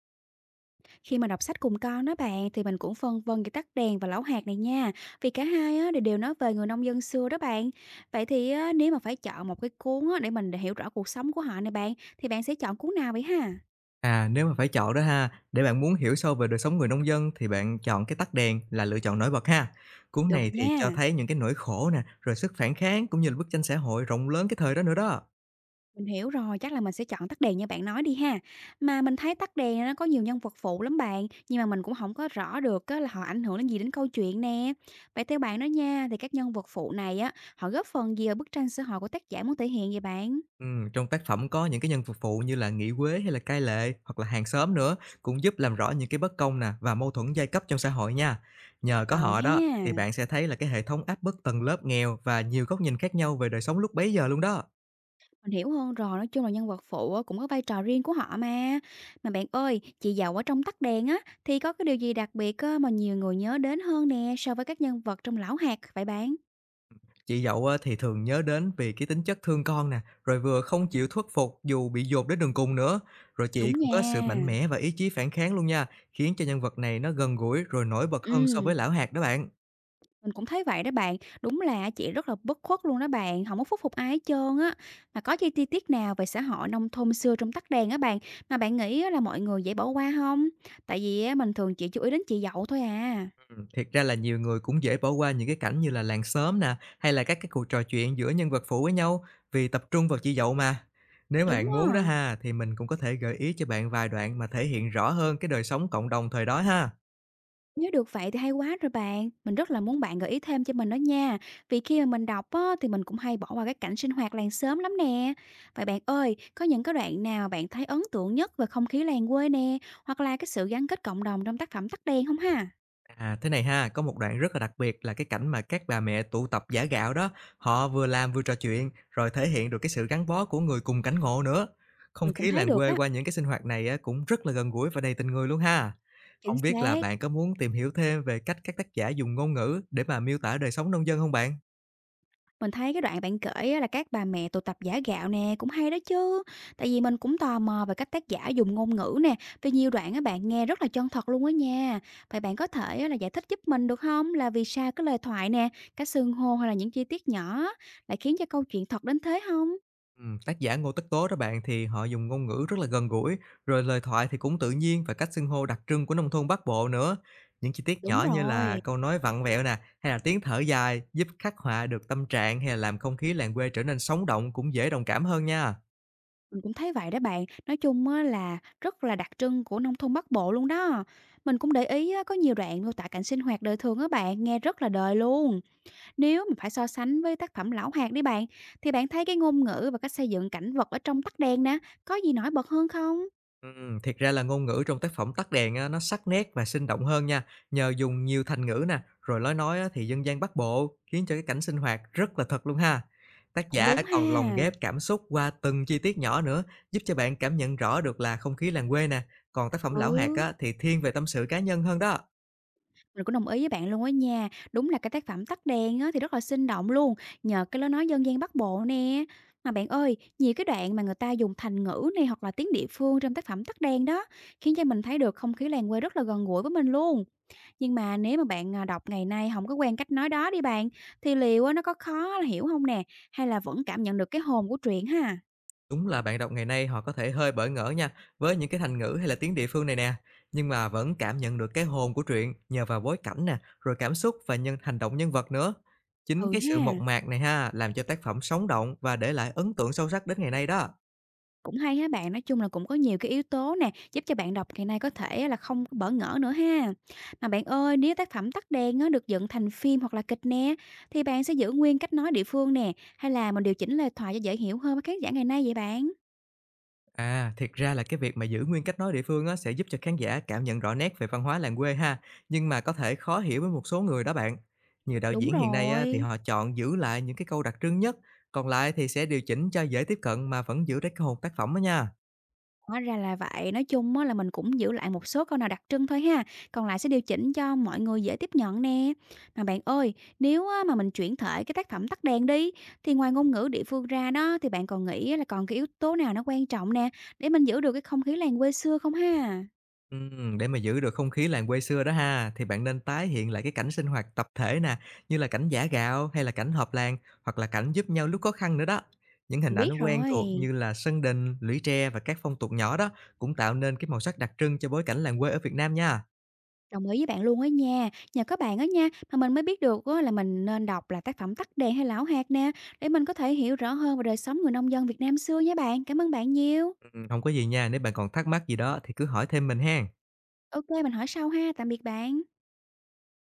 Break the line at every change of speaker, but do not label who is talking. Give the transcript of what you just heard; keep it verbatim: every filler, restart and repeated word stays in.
Khi mà đọc sách cùng con đó bạn thì mình cũng phân vân cái tắt đèn và lão hạt này nha. Vì cả hai á, đều đều nói về người nông dân xưa đó bạn. Vậy thì á, nếu mà phải chọn một cái cuốn á, để mình hiểu rõ cuộc sống của họ này bạn thì bạn sẽ chọn cuốn nào vậy ha?
À, nếu mà phải chọn đó ha, để bạn muốn hiểu sâu về đời sống người nông dân thì bạn chọn cái Tắt đèn là lựa chọn nổi bật ha. Cuốn
Được
này thì cho
nha.
thấy những cái nỗi khổ nè, rồi sức phản kháng cũng như là bức tranh xã hội rộng lớn cái thời đó nữa đó.
Mình hiểu rồi, chắc là mình sẽ chọn tắt đèn như bạn nói đi ha. Mà mình thấy tắt đèn nó có nhiều nhân vật phụ lắm bạn, nhưng mà mình cũng không có rõ được á, là họ ảnh hưởng đến gì đến câu chuyện nè. Vậy theo bạn đó nha, thì các nhân vật phụ này á, họ góp phần gì vào bức tranh xã hội của tác giả muốn thể hiện vậy bạn?
Ừm, trong tác phẩm có những cái nhân vật phụ như là nghị quế hay là cai lệ hoặc là hàng xóm nữa, cũng giúp làm rõ những cái bất công nè và mâu thuẫn giai cấp trong xã hội nha. Nhờ có
Ờ
họ đó thì
ha.
bạn sẽ thấy là cái hệ thống áp bức tầng lớp nghèo và nhiều góc nhìn khác nhau về đời sống lúc bấy giờ luôn đó.
Mình hiểu hơn rồi, nói chung là nhân vật phụ á cũng có vai trò riêng của họ mà. Mà bạn ơi, chị Dậu ở trong Tắt Đèn á, thì có cái điều gì đặc biệt á mà nhiều người nhớ đến hơn nè so với các nhân vật trong Lão Hạt vậy bạn?
Chị dậu á, thì thường nhớ đến vì cái tính chất thương con nè, rồi vừa không chịu khuất phục dù bị dồn đến đường cùng nữa. Rồi chị
Đúng
cũng có
nha.
sự mạnh mẽ và ý chí phản kháng luôn nha, khiến cho nhân vật này nó gần gũi rồi nổi bật hơn so
Ừm,
với lão hạt đó bạn.
mình cũng thấy vậy đó bạn. Đúng là chị rất là bất khuất luôn đó bạn, không có phúc phục ai hết trơn á. Mà có chi chi tiết nào về xã hội nông thôn xưa trong Tắt Đèn á bạn, mà bạn nghĩ á là mọi người dễ bỏ qua không? Tại vì á mình thường chỉ chú ý đến chị Dậu thôi à.
Ừm, thiệt ra là nhiều người cũng dễ bỏ qua những cái cảnh như là làng xóm nè, hay là các cái cuộc trò chuyện giữa nhân vật phụ với nhau, vì tập trung vào chị dậu mà. Nếu bạn
Đúng á.
muốn đó ha, thì mình cũng có thể gợi ý cho bạn vài đoạn mà thể hiện rõ hơn cái đời sống cộng đồng thời đó ha.
Nếu được vậy thì hay quá rồi bạn. Mình rất là muốn bạn gợi ý thêm cho mình đó nha. Vì khi mà mình đọc á, thì mình cũng hay bỏ qua cái cảnh sinh hoạt làng xóm lắm nè. Vậy bạn ơi, có những cái đoạn nào bạn thấy ấn tượng nhất về không khí làng quê nè, hoặc là cái sự gắn kết cộng đồng trong tác phẩm Tắt Đèn không ha?
À, thế này ha, có một đoạn rất là đặc biệt là cái cảnh mà các bà mẹ tụ tập giã gạo đó, họ vừa làm vừa trò chuyện, rồi thể hiện được cái sự gắn bó của người cùng cảnh ngộ nữa. Không
Mình cũng
khí
thấy
làng
được
quê
á.
qua những cái sinh hoạt này á, cũng rất là gần gũi và đầy tình người luôn ha.
Chính
Không biết là
xác.
bạn có muốn tìm hiểu thêm về cách các tác giả dùng ngôn ngữ để mà miêu tả đời sống nông dân không bạn?
Mình thấy cái đoạn bạn kể á là các bà mẹ tụ tập giả gạo nè cũng hay đó chứ. Tại vì mình cũng tò mò về cách tác giả dùng ngôn ngữ nè, vì nhiều đoạn á bạn nghe rất là chân thật luôn á nha. Vậy bạn có thể á là giải thích giúp mình được không? Là vì sao cái lời thoại nè, cái xưng hô hay là những chi tiết nhỏ lại khiến cho câu chuyện thật đến thế không?
Ừm, tác giả Ngô Tất Tố đó bạn thì họ dùng ngôn ngữ rất là gần gũi, rồi lời thoại thì cũng tự nhiên và cách xưng hô đặc trưng của nông thôn Bắc Bộ nữa. Những chi tiết
Đúng
nhỏ như là
rồi,
câu nói vặn vẹo nè, hay là tiếng thở dài giúp khắc họa được tâm trạng hay là làm không khí làng quê trở nên sống động, cũng dễ đồng cảm hơn nha.
mình cũng thấy vậy đó bạn. Nói chung á là rất là đặc trưng của nông thôn Bắc Bộ luôn đó. Mình cũng để ý á, có nhiều đoạn mô tả cảnh sinh hoạt đời thường á bạn, nghe rất là đời luôn. Nếu mà phải so sánh với tác phẩm Lão Hạt đi bạn, thì bạn thấy cái ngôn ngữ và cách xây dựng cảnh vật ở trong Tắt Đèn nè, có gì nổi bật hơn không?
Ừm, thiệt ra là ngôn ngữ trong tác phẩm Tắt đèn á, nó sắc nét và sinh động hơn nha, nhờ dùng nhiều thành ngữ nè, rồi lối nói á, thì dân gian Bắc Bộ, khiến cho cái cảnh sinh hoạt rất là thật luôn ha. Tác
Cũng
giả
đúng ha.
còn lồng ghép cảm xúc qua từng chi tiết nhỏ nữa, giúp cho bạn cảm nhận rõ được là không khí làng quê nè, còn tác phẩm Lão Hạt
Ừ,
á, thì thiên về tâm sự cá nhân hơn đó.
mình cũng đồng ý với bạn luôn á nha. Đúng là cái tác phẩm Tắt Đèn á, thì rất là sinh động luôn, nhờ cái lối nói dân gian Bắc Bộ nè. Mà bạn ơi, nhiều cái đoạn mà người ta dùng thành ngữ này hoặc là tiếng địa phương trong tác phẩm Tắt Đèn đó, khiến cho mình thấy được không khí làng quê rất là gần gũi với mình luôn. Nhưng mà nếu mà bạn, à, đọc ngày nay không có quen cách nói đó đi bạn, thì liệu á nó có khó hiểu không nè? Hay là vẫn cảm nhận được cái hồn của truyện ha?
Đúng là bạn đọc ngày nay họ có thể hơi bỡ ngỡ nha, với những cái thành ngữ hay là tiếng địa phương này nè, nhưng mà vẫn cảm nhận được cái hồn của truyện nhờ vào bối cảnh nè, rồi cảm xúc và nhân hành động nhân vật nữa. Chính
Ừ
cái sự
ha,
mộc mạc này ha, làm cho tác phẩm sống động và để lại ấn tượng sâu sắc đến ngày nay đó.
cũng hay ha bạn, nói chung là cũng có nhiều cái yếu tố nè, giúp cho bạn đọc ngày nay có thể là không có bỡ ngỡ nữa ha. Mà bạn ơi, nếu tác phẩm Tắt Đèn á được dựng thành phim hoặc là kịch nè, thì bạn sẽ giữ nguyên cách nói địa phương nè, hay là mình điều chỉnh lời thoại cho dễ hiểu hơn với khán giả ngày nay vậy bạn?
À, thiệt ra là cái việc mà giữ nguyên cách nói địa phương á, sẽ giúp cho khán giả cảm nhận rõ nét về văn hóa làng quê ha, nhưng mà có thể khó hiểu với một số người đó bạn. Nhiều đạo
Đúng
diễn hiện nay á, thì
rồi.
họ chọn giữ lại những cái câu đặc trưng nhất, còn lại thì sẽ điều chỉnh cho dễ tiếp cận mà vẫn giữ được cái hồn tác phẩm đó nha.
Hóa ra là vậy, nói chung á là mình cũng giữ lại một số câu nào đặc trưng thôi ha, còn lại sẽ điều chỉnh cho mọi người dễ tiếp nhận nè. Mà bạn ơi, nếu á mà mình chuyển thể cái tác phẩm Tắt đèn đi, thì ngoài ngôn ngữ địa phương ra đó, thì bạn còn nghĩ á là còn cái yếu tố nào nó quan trọng nè, để mình giữ được cái không khí làng quê xưa không ha?
Ừm, để mà giữ được không khí làng quê xưa đó ha, thì bạn nên tái hiện lại cái cảnh sinh hoạt tập thể nè, như là cảnh giã gạo hay là cảnh họp làng, hoặc là cảnh giúp nhau lúc khó khăn nữa đó. Những hình
Mình biết
ảnh quen
rồi,
thuộc như là sân đình, lũy tre và các phong tục nhỏ đó, cũng tạo nên cái màu sắc đặc trưng cho bối cảnh làng quê ở Việt Nam nha.
đồng ý với bạn luôn á nha, nhờ các bạn á nha, mà mình mới biết được á là mình nên đọc là tác phẩm Tắt đèn hay Lão Hạt nè, để mình có thể hiểu rõ hơn về đời sống người nông dân Việt Nam xưa nha bạn. Cảm ơn bạn nhiều.
Ừm, Không có gì nha, nếu bạn còn thắc mắc gì đó thì cứ hỏi thêm mình hen.
ô kê, mình hỏi sau ha. Tạm biệt bạn.